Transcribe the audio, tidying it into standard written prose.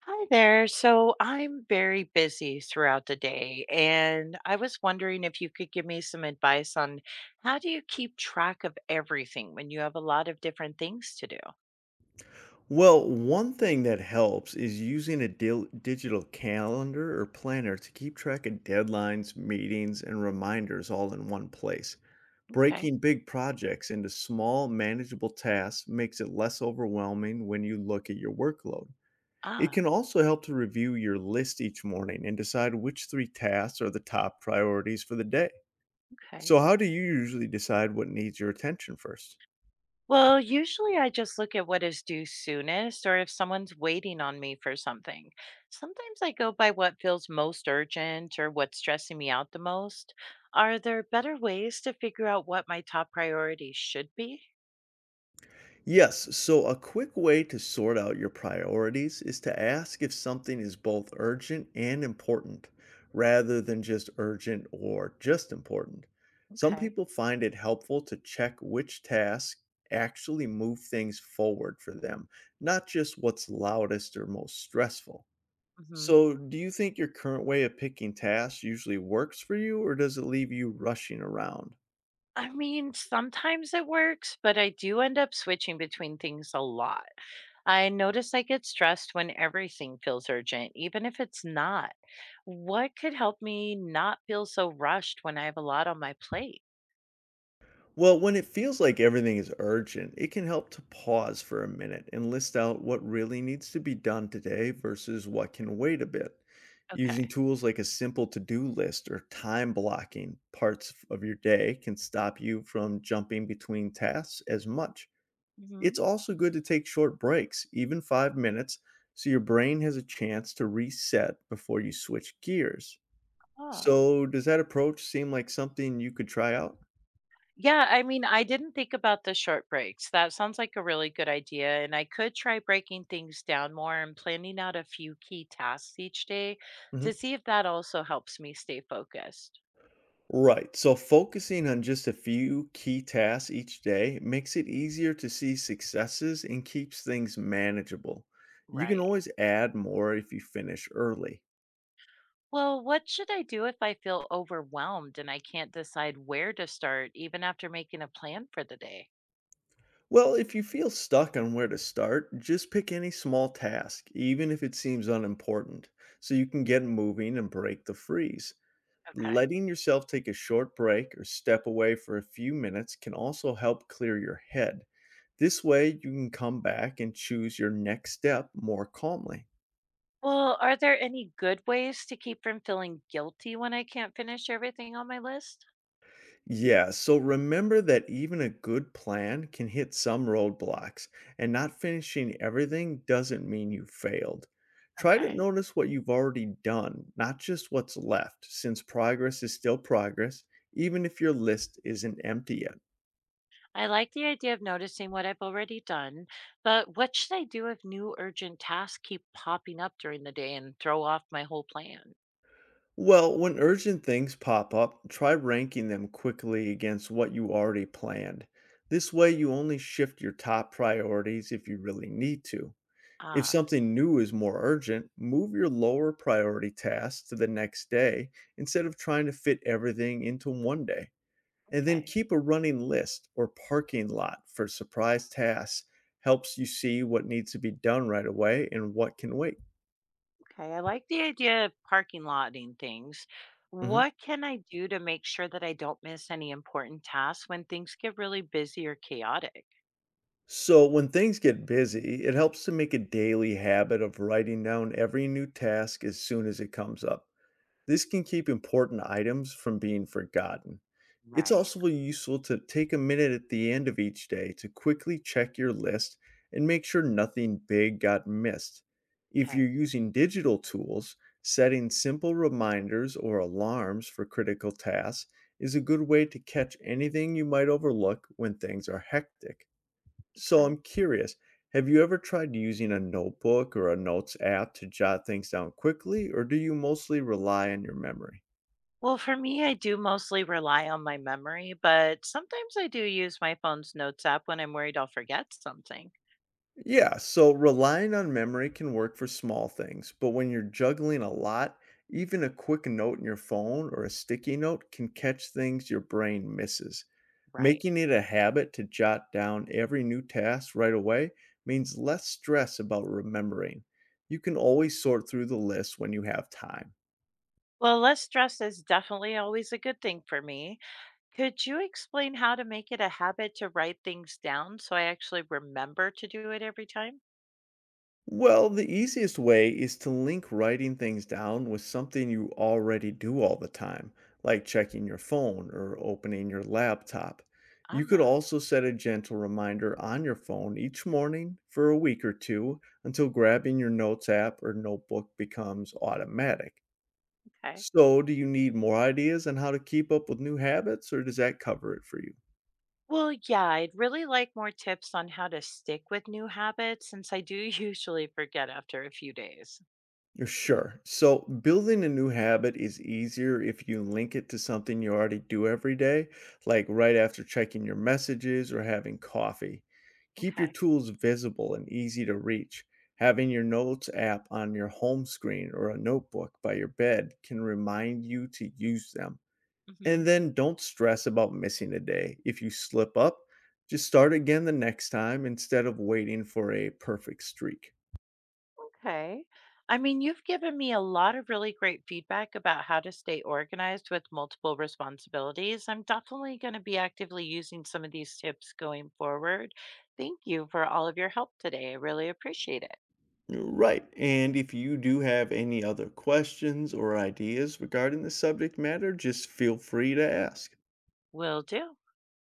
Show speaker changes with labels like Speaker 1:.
Speaker 1: Hi there. So I'm very busy throughout the day, and I was wondering if you could give me some advice on how do you keep track of everything when you have a lot of different things to do?
Speaker 2: Well, one thing that helps is using a digital calendar or planner to keep track of deadlines, meetings, and reminders all in one place.
Speaker 1: Okay.
Speaker 2: Breaking big projects into small, manageable tasks makes it less overwhelming when you look at your workload. It can
Speaker 1: Ah,
Speaker 2: also help to review your list each morning and decide which three tasks are the top priorities for the day.
Speaker 1: okay.
Speaker 2: So, how do you usually decide what needs your attention first?
Speaker 1: Well, usually I just look at what is due soonest or if someone's waiting on me for something. Sometimes I go by what feels most urgent or what's stressing me out the most. Are there better ways to figure out what my top priorities should be?
Speaker 2: Yes, so a quick way to sort out your priorities is to ask if something is both urgent and important, rather than just urgent or just important. Some
Speaker 1: Okay.
Speaker 2: people find it helpful to check which tasks actually move things forward for them, not just what's loudest or most stressful. So, do you think your current way of picking tasks usually works for you, or does it leave you rushing around?
Speaker 1: I mean, sometimes it works, but I do end up switching between things a lot. I notice I get stressed when everything feels urgent, even if it's not. What could help me not feel so rushed when I have a lot on my plate?
Speaker 2: Well, when it feels like everything is urgent, it can help to pause for a minute and list out what really needs to be done today versus what can wait a bit. Using
Speaker 1: Okay.
Speaker 2: tools like a simple to do list or time blocking parts of your day can stop you from jumping between tasks as much.
Speaker 1: hmm
Speaker 2: It's also good to take short breaks, even 5 minutes, so your brain has a chance to reset before you switch gears.
Speaker 1: Ah.
Speaker 2: So, does that approach seem like something you could try out?
Speaker 1: Yeah, I mean, I didn't think about the short breaks. That sounds like a really good idea. And I could try breaking things down more and planning out a few key tasks each day to
Speaker 2: Mhm.
Speaker 1: see if that also helps me stay focused.
Speaker 2: Right. So focusing on just a few key tasks each day makes it easier to see successes and keeps things manageable. You can
Speaker 1: Right.
Speaker 2: always add more if you finish early.
Speaker 1: Well, what should I do if I feel overwhelmed and I can't decide where to start, even after making a plan for the day?
Speaker 2: Well, if you feel stuck on where to start, just pick any small task, even if it seems unimportant, so you can get moving and break the freeze.
Speaker 1: Okay.
Speaker 2: Letting yourself take a short break or step away for a few minutes can also help clear your head. This way, you can come back and choose your next step more calmly.
Speaker 1: Well, are there any good ways to keep from feeling guilty when I can't finish everything on my list?
Speaker 2: Yeah, so remember that even a good plan can hit some roadblocks, and not finishing everything doesn't mean you failed. Try to
Speaker 1: Okay.
Speaker 2: notice what you've already done, not just what's left, since progress is still progress, even if your list isn't empty yet.
Speaker 1: I like the idea of noticing what I've already done, but what should I do if new urgent tasks keep popping up during the day and throw off my whole plan?
Speaker 2: Well, when urgent things pop up, try ranking them quickly against what you already planned. This way, you only shift your top priorities if you really need to. If
Speaker 1: Ah,
Speaker 2: something new is more urgent, move your lower priority tasks to the next day instead of trying to fit everything into one day. And then
Speaker 1: okay.
Speaker 2: keep a running list or parking lot for surprise tasks. Helps you see what needs to be done right away and what can wait.
Speaker 1: Okay, I like the idea of parking lotting things.
Speaker 2: Mhm.
Speaker 1: What can I do to make sure that I don't miss any important tasks when things get really busy or chaotic?
Speaker 2: So, when things get busy, it helps to make a daily habit of writing down every new task as soon as it comes up. This can keep important items from being forgotten. It's
Speaker 1: Right.
Speaker 2: also useful to take a minute at the end of each day to quickly check your list and make sure nothing big got missed. If you're
Speaker 1: Okay.
Speaker 2: using digital tools, setting simple reminders or alarms for critical tasks is a good way to catch anything you might overlook when things are hectic. So
Speaker 1: Okay.
Speaker 2: I'm curious, have you ever tried using a notebook or a notes app to jot things down quickly, or do you mostly rely on your memory?
Speaker 1: Well, for me, I do mostly rely on my memory, but sometimes I do use my phone's notes app when I'm worried I'll forget something.
Speaker 2: Yeah, so relying on memory can work for small things, but when you're juggling a lot, even a quick note in your phone or a sticky note can catch things your brain misses.
Speaker 1: Right.
Speaker 2: Making it a habit to jot down every new task right away means less stress about remembering. You can always sort through the list when you have time.
Speaker 1: Well, less stress is definitely always a good thing for me. Could you explain how to make it a habit to write things down so I actually remember to do it every time?
Speaker 2: Well, the easiest way is to link writing things down with something you already do all the time, like checking your phone or opening your laptop. You could
Speaker 1: Ah,
Speaker 2: also set a gentle reminder on your phone each morning for a week or two until grabbing your notes app or notebook becomes automatic.
Speaker 1: okay.
Speaker 2: So, do you need more ideas on how to keep up with new habits, or does that cover it for you?
Speaker 1: Well, yeah, I'd really like more tips on how to stick with new habits since I do usually forget after a few days.
Speaker 2: Sure. So building a new habit is easier if you link it to something you already do every day, like right after checking your messages or having coffee. Keep your
Speaker 1: Okay.
Speaker 2: tools visible and easy to reach. Having your notes app on your home screen or a notebook by your bed can remind you to use them.
Speaker 1: hmm
Speaker 2: And then don't stress about missing a day. If you slip up, just start again the next time instead of waiting for a perfect streak.
Speaker 1: Okay. I mean, you've given me a lot of really great feedback about how to stay organized with multiple responsibilities. I'm definitely going to be actively using some of these tips going forward. Thank you for all of your help today. I really appreciate it.
Speaker 2: Right. And if you do have any other questions or ideas regarding the subject matter, just feel free to ask.
Speaker 1: Will do.